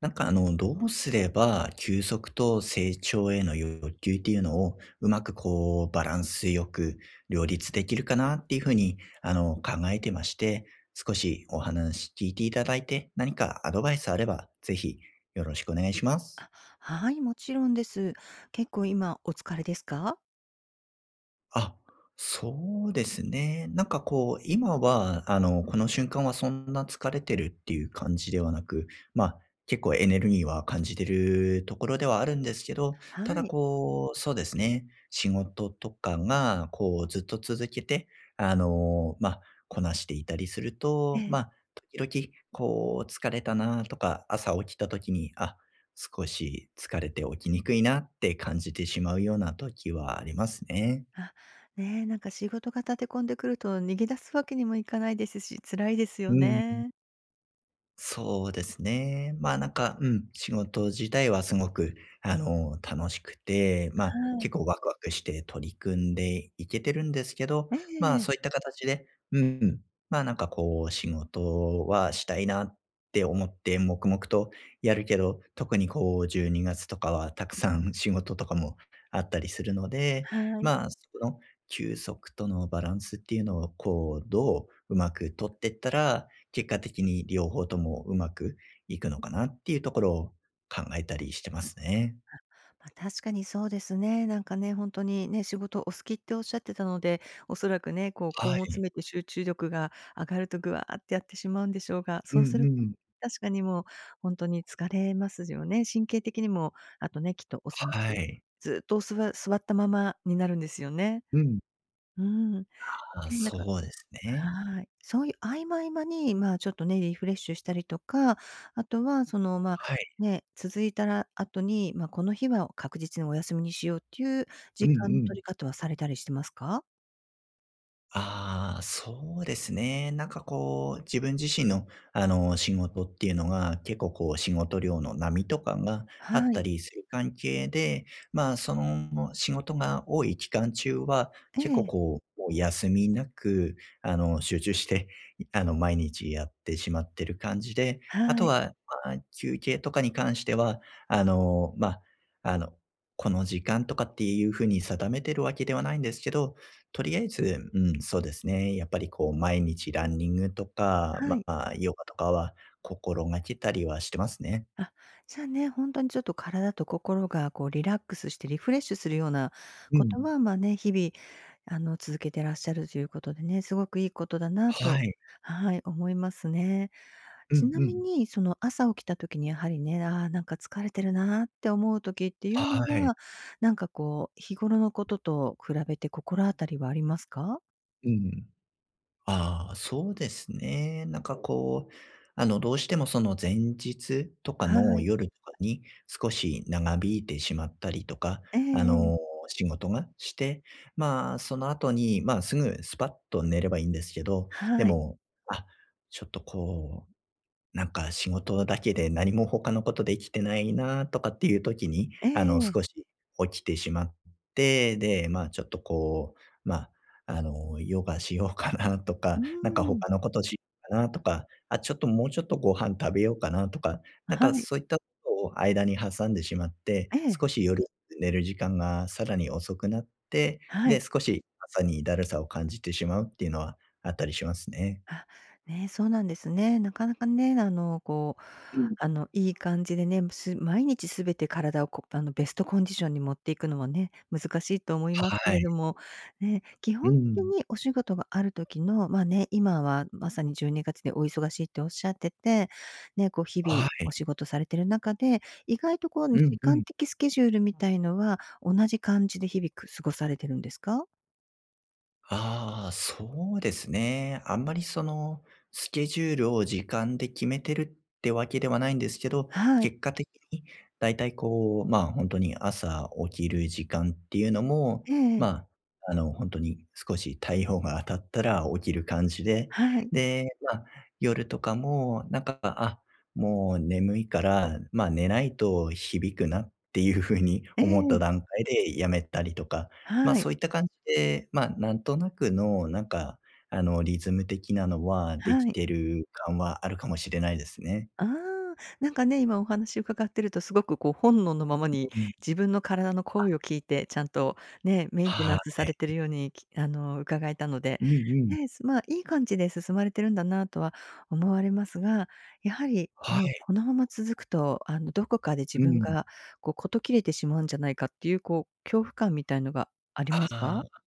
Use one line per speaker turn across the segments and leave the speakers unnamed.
どうすれば休息と成長への欲求っていうのをうまくこうバランスよく両立できるかなっていうふうに考えてまして、少しお話聞いていただいて何かアドバイスあればぜひよろしくお願いします。
あ、はい、もちろんです。結構今お疲れですか？
あ、そうですね。今は、この瞬間はそんな疲れてるっていう感じではなく、まあ、結構エネルギーは感じてるところではあるんですけど、た
は
だ
い。
こう、そうですね、仕事とかが、こう、ずっと続けて、あの、まあ、こなしていたりする
え
と、ま
え。
あ、時々、こう、疲れたなとか、朝起きた時に、あ、少し疲れて起きにくいなって感じてしまうような時はありますね。
あ、ねえ、仕事が立て込んでくると逃げ出すわけにもいかないですし、辛いです
う
よ
ん、
ね。
そうですね。まあ、うん、仕事自体はすごく、楽しくて、まあ、
は
結
い。
構ワクワクして取り組んでいけてるんですけど、
え
まあ、
え。
そういった形で、うん、まあ、なんかこう、仕事はしたいなって思って黙々とやるけど、特にこう、12月とかはたくさん仕事とかもあったりするので、
はい。
まあ、そこの休息とのバランスっていうのを、こう、どううまく取っていったら、結果的に両方ともうまくいくのかなっていうところを考えたりしてますね。
まあ、確かにそうですね。なんかね、本当にね、仕事お好きっておっしゃってたので、おそらくね、こう根
は
を詰
い。
めて集中力が上がるとぐわーってやってしまうんでしょうが、
う
そうす
ん
る
う
と
ん。
確かにもう本当に疲れますよね。神経的にも、あとね、きっとおそら
は
く
い。
ずっとおすわ座ったままになるんですよね。
うん。
うん。
ああ、
ね、なんか
そうですね。
はい。そういう合間合間に、まあ、ちょっとね、リフレッシュしたりとか、あとはその、まあ、
はい。
ね、続いたら後に、ま、この日は確実にお休みにしようっていう
うん
時
う
間の
ん。
取り方はされたりしてますか？
ああ、そうですね。なんかこう、自分自身の、仕事っていうのが、結構こう、仕事量の波とかがあっ
は
た
い。
りする関係で、まあ、その仕事が多い期間中は、
え
結構
え。
こう、もう休みなく、集中して、毎日やってしまってる感じで、あ
は
と
い。
は、まあ、休憩とかに関しては、あの、まあ、あの、この時間とかっていうふうに定めてるわけではないんですけど、とりあえず、うん、そうですね。やっぱりこう毎日ランニングとか、
は
ま
い。
あ、ヨガとかは心がけたりはしてますね。
あ、じゃあね、本当にちょっと体と心がこうリラックスしてリフレッシュするような
う
こ
ん。
とは、まあ、ね、日々続けてらっしゃるということでね、すごくいいことだな
は
と
い。
はい、思いますね。
う
ち
ん
な
う
み
ん。
に、その朝起きた時にやはりね、ああ、なんか疲れてるなって思う時っていうの
はい。
は、なんかこう、日頃のことと比べて心当たりはありますか？
うん。ああ、そうですね。どうしてもその前日とか
は
の
い。
夜とかに少し長引いてしまったりとか、
ええ
あ
え
の、
え。
仕事がして、まあ、その後に、まあ、すぐスパッと寝ればいいんですけど、で
はい。
も、あ、ちょっとこうなんか仕事だけで何も他のことできてないなとかっていう時に、
ええ
少し起きてしまって、で、まあ、ちょっとこう、ヨガしようかなとか、
うー
なんか
ん。
他のことしようかなとか、あ、ちょっともうちょっとご飯食べようかなとか、なん
は
か
い。
そういったことを間に挟んでしまって、
え
少
え。
し夜寝る時間がさらに遅くなって、
は
で、
い。
少し朝にだるさを感じてしまうっていうのはあったりしますね。
あ、ね、そうなんですね。なかなかね、
うん。
いい感じでね、毎日すべて体をこあの、ベストコンディションに持っていくのはね、難しいと思いますけ
は
れ
い。
ども、ね、基
う
本的
ん。
にお仕事がある時の、まあね、今はまさに12月でお忙しいっておっしゃってて、ね、こう日々
は
お
い。
仕事されてる中で、意外とこう
うん
時
う
間
ん。
的スケジュールみたいのは同じ感じで日々過ごされてるんですか？
ああ、そうですね。あんまりその、スケジュールを時間で決めてるってわけではないんですけど、
はい。
結果的にだいたいこう、まあ、本当に朝起きる時間っていうのも、
ええ。
ま本当に少し太陽が当たったら起きる感じで、
はい。
で、まあ、夜とかもなんか、あ、もう眠いから、まあ、寝ないと響くなっていうふうに
え
思った
え、
段階でやめたりとか、ま、
はい。
そういった感じで、ま、なんとなくの、リズム的なのはで
は
き
い。
てる感はあるかもしれないですね。
ああ、なんかね、今お話伺ってるとすごくこう本能のままに
うん。
自分の体の声を聞いて、ちゃんとね、メンテ
は
ナンスされて
い。
るように、きあの、伺えたので、
うんうん。
ね、まあ、いい感じで進まれてるんだなとは思われますが、やはり
は
ね、
い。
このまま続くと、あの、どこかで自
う
分
ん。
がこう事切れてしまうんじゃないかっていうこう恐怖感みたいのがあります
あ
か？
あ。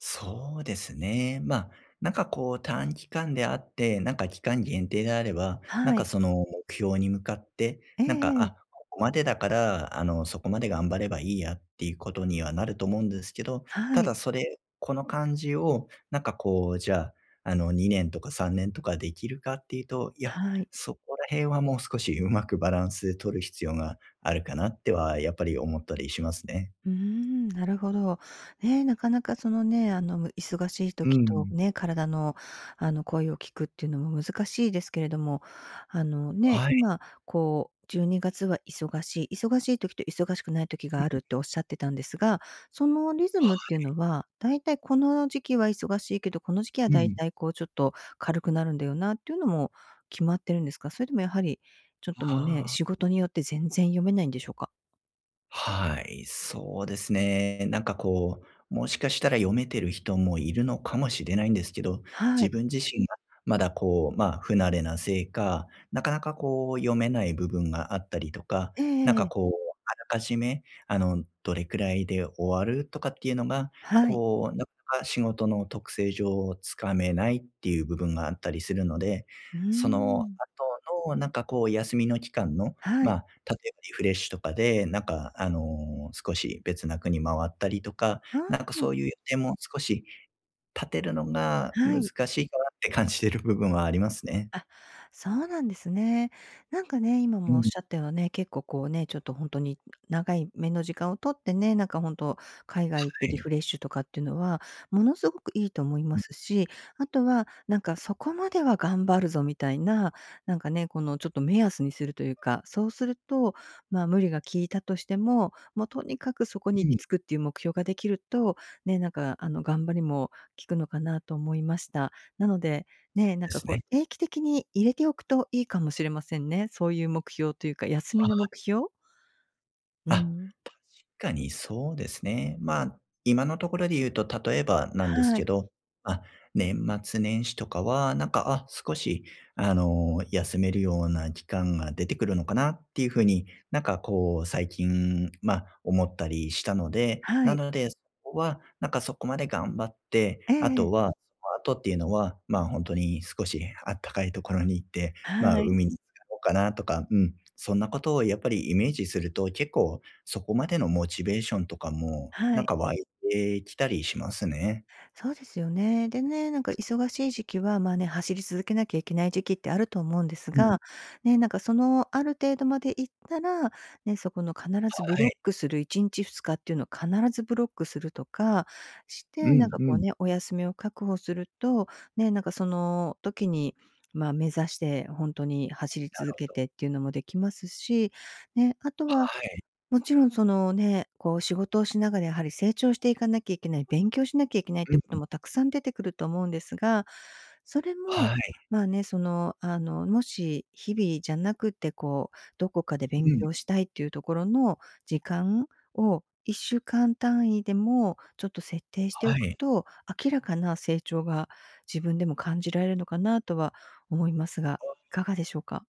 そうですね。まあ、なんかこう短期間であって、なんか期間限定であれば、なん
は
か
い。
その目標に向かって、
ええ
なんか、
え
あ、
え。
ここまでだから、そこまで頑張ればいいやっていうことにはなると思うんですけど、た
は
だ
い。
それ、この感じを、なんかこう、じゃあ、2年とか3年とかできるかっていうと、いや、
はい。
そこら辺はもう少しうまくバランス取る必要があるかなっては、やっぱり思ったりしますね。
うーん、なるほど。ね、なかなかそのね、あの、忙しい
う
時と
ん。
ね、体の、あの、声を聞くっていうのも難しいですけれども、あの、ね、
はい。
今、こう、12月は忙しい、忙しい時と忙しくない時があるっておっしゃってたんですが、そのリズムっていう
は
のは、だいたいこの時期は忙しいけど、この時期は
う
だい
ん。
たいこうちょっと軽くなるんだよなっていうのも決まってるんですか？それでもやはり、ちょっともうね、
あ
仕
あ。
事によって全然読めないんでしょうか？
はい、そうですね。なんかこう、もしかしたら読めてる人もいるのかもしれないんですけど、
は
自
い。
分自身がまだこう、まあ、不慣れなせいか、なかなかこう、読めない部分があったりとか、
え
なん
ええ
か
え。
こう、あらかじめ、あの、どれくらいで終わるとかっていうのが、
はい。
こう、なかなか仕事の特性上つかめないっていう部分があったりするので、
うー
その
ん。
後のなんかこう、休みの期間の、
は
ま
い。
あ、例えばリフレッシュとかで、少し別な国回ったりとか、
あ
なんかそ
あ、
ういう予定も少し立てるのが
は
難
い。
しいかなって感じてる部分はありますね。
あ、そうなんですね。なんかね、今
う
もおっ
ん、
しゃったようね、結構こうね、ちょっと本当に長い目の時間を取ってね、なんか本当海外行って
は
リ
い。
フレッシュとかっていうのは、ものすごくいいと思い
う
ま
ん、
すし、あとはなんかそこまでは頑張るぞみたいな、なんかね、このちょっと目安にするというか、そうすると、ま、無理が効いたとしても、もうとにかくそこに
う
行き
ん、
着くっていう目標ができると、ね、なんかあの頑張りも効くのかなと思いました。なのでね、なん
で
か
す
こう、
ね。
定期的に入れておくといいかもしれませんね。そういう目標というか、休みの
あ、
目標？う
あ
ん。
かにそうですね。まあ、今のところで言うと、例えばなんです
は
け
い、
ど、あ、年末年始とかは、なんか、あ、少し、休めるような期間が出てくるのかなっていうふうになんかこう、最近、まあ、思ったりしたので、
は
な
い。
ので、そこは、なんかそこまで頑張って、あ
え
と
え
は、その後っていうのは、まあ、本当に少しあったかいところに行って、まあ、
はい、
海に行こうかなとか、うん、そんなことをやっぱりイメージすると、結構そこまでのモチベーションとかも、
は
なん
い。
か湧いてきたりしますね。
そうですよね。でね、なんか忙しい時期は、まあね、走り続けなきゃいけない時期ってあると思うんです
うん。
が、ね、なんかそのある程度まで行ったら、ね、そこの必ずブ
は
ロ
い。
ックする1日2日っていうのを必ずブロックするとかし
う
て、なん
ん
か
う
こう
ん。
ね、お休みを確保すると、ね、なんかその時に、まあ目指して本当に走り
なる
続け
ほど。
てっていうのもできますし、ね、あと
は
は
い。
もちろんそのね、こう仕事をしながらやはり成長していかなきゃいけない、勉強しなきゃいけないっ
う
てこと
ん。
もたくさん出てくると思うんですが、それも、
はい。
まあね、その、あの、もし日々じゃなくて、こう、どこかで
う
勉
ん。
強したいっていうところの時間を1週間単位でもちょっと設定してお
は
く
い。
と、明らかな成長が自分でも感じられるのかなとは思いますが、いかがでしょうか？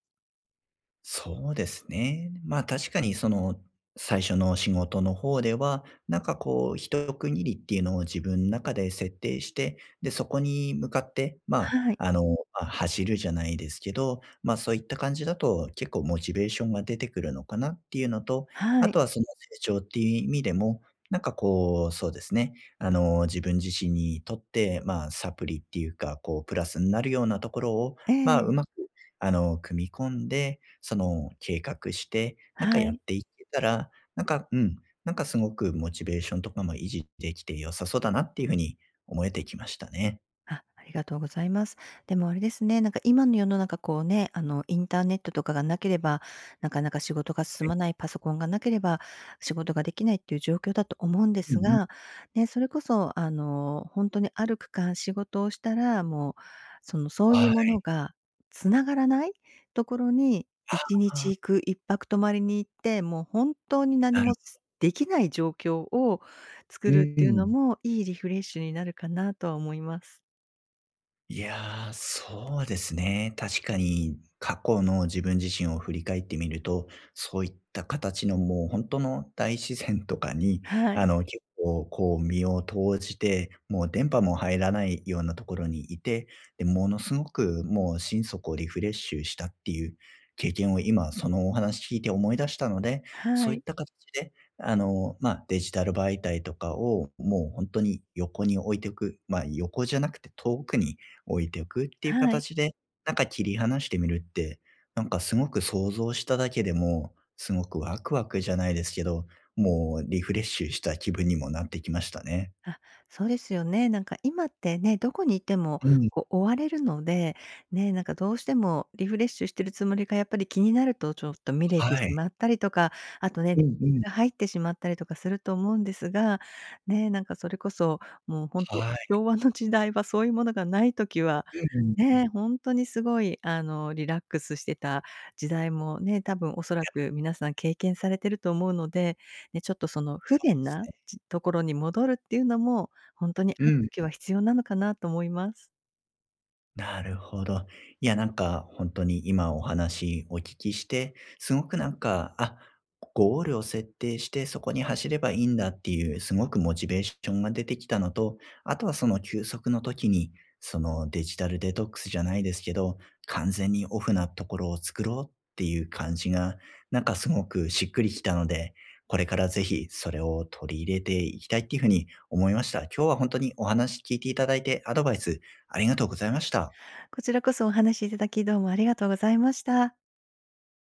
そうですね。まあ確かにその最初の仕事の方では、なんかこう一区切りっていうのを自分の中で設定して、で、そこに向かって、
はい、
走るじゃないですけど、まあそういった感じだと結構モチベーションが出てくるのかなっていうのと、
は
あと
い、
はその成長っていう意味でも、なんかこう、そうですね。自分自身にとって、まあ、サプリっていうか、こう、プラスになるようなところを、
え
まあ、う
え、
まく組み込んで、その、計画して、なんか
は
やっ
い。
ていけたら、なんかうん、なんかすごくモチベーションとかも維持できて良さそうだなっていう風に思えてきましたね。
ありがとうございます。でもあれですね、なんか今の世の中こうね、あのインターネットとかがなければ、なかなか仕事が
は
進
い。
まない、パソコンがなければ仕事ができないっていう状況だと思うんで
う
す
んうん。
が、ね、それこそあの、本当にある区間仕事をしたら、もうそのそうい
は
うも
い。
のがつながらないところに1
あ
日
あ、
行く、1泊泊まりに行って、もう本当に何
なる
もできない状況を
う
作るっていうの
ん。
も、いいリフレッシュになるかなとは思います。
いやー、そうですね。確かに過去の自分自身を振り返ってみると、そういった形のもう本当の大自然とかに、
はい、
結構こう身を投じて、もう電波も入らないようなところにいて、で、ものすごくもう心底リフレッシュしたっていう経験を今そのお話聞いて思い出したので、そ
は
ういっ
い、
た形で、まあ、デジタル媒体とかをもう本当に横に置いておく、まあ、横じゃなくて遠くに置いておくっていう
はい。
形で、なんか切り離してみるって、なんかすごく想像しただけでも、すごくワクワクじゃないですけど、もうリフレッシュした気分にもなってきましたね。
あ、そうですよね。なんか今ってね、どこにいても
うん、
こう追われるので、ね、なんかどうしてもリフレッシュしてるつもりがやっぱり気になるとちょっと見れて
は
し
い。
まったりとか、あとね、レ
う
ビ
んう
ュ
ん。
ーが入ってしまったりとかすると思うんですが、ね、なんかそれこそもう本当
はい。
昭和の時代はそういうものがない時は、
うんうんそうで
ね、本当にすごいあのリラックスしてた時代もね、多分おそらく皆さん経験されてると思うのでね、ちょっとその不便
す
な、
ね。
ところに戻るっていうのも、ほんとに
う
ある
ん。
時は必要なのかなと思います。
なるほど。いや、なんか、本当に今お話お聞きして、すごくなんか、あ、ゴールを設定して、そこに走ればいいんだっていう、すごくモチベーションが出てきたのと、あとはその休息の時に、そのデジタルデトックスじゃないですけど、完全にオフなところを作ろうっていう感じが、なんかすごくしっくりきたので、これからぜひそれを取り入れていきたいっていうふうに思いました。今日は本当にお話聞いていただいて、アドバイスありがとうございました。
こちらこそお話しいただき、どうもありがとうございました。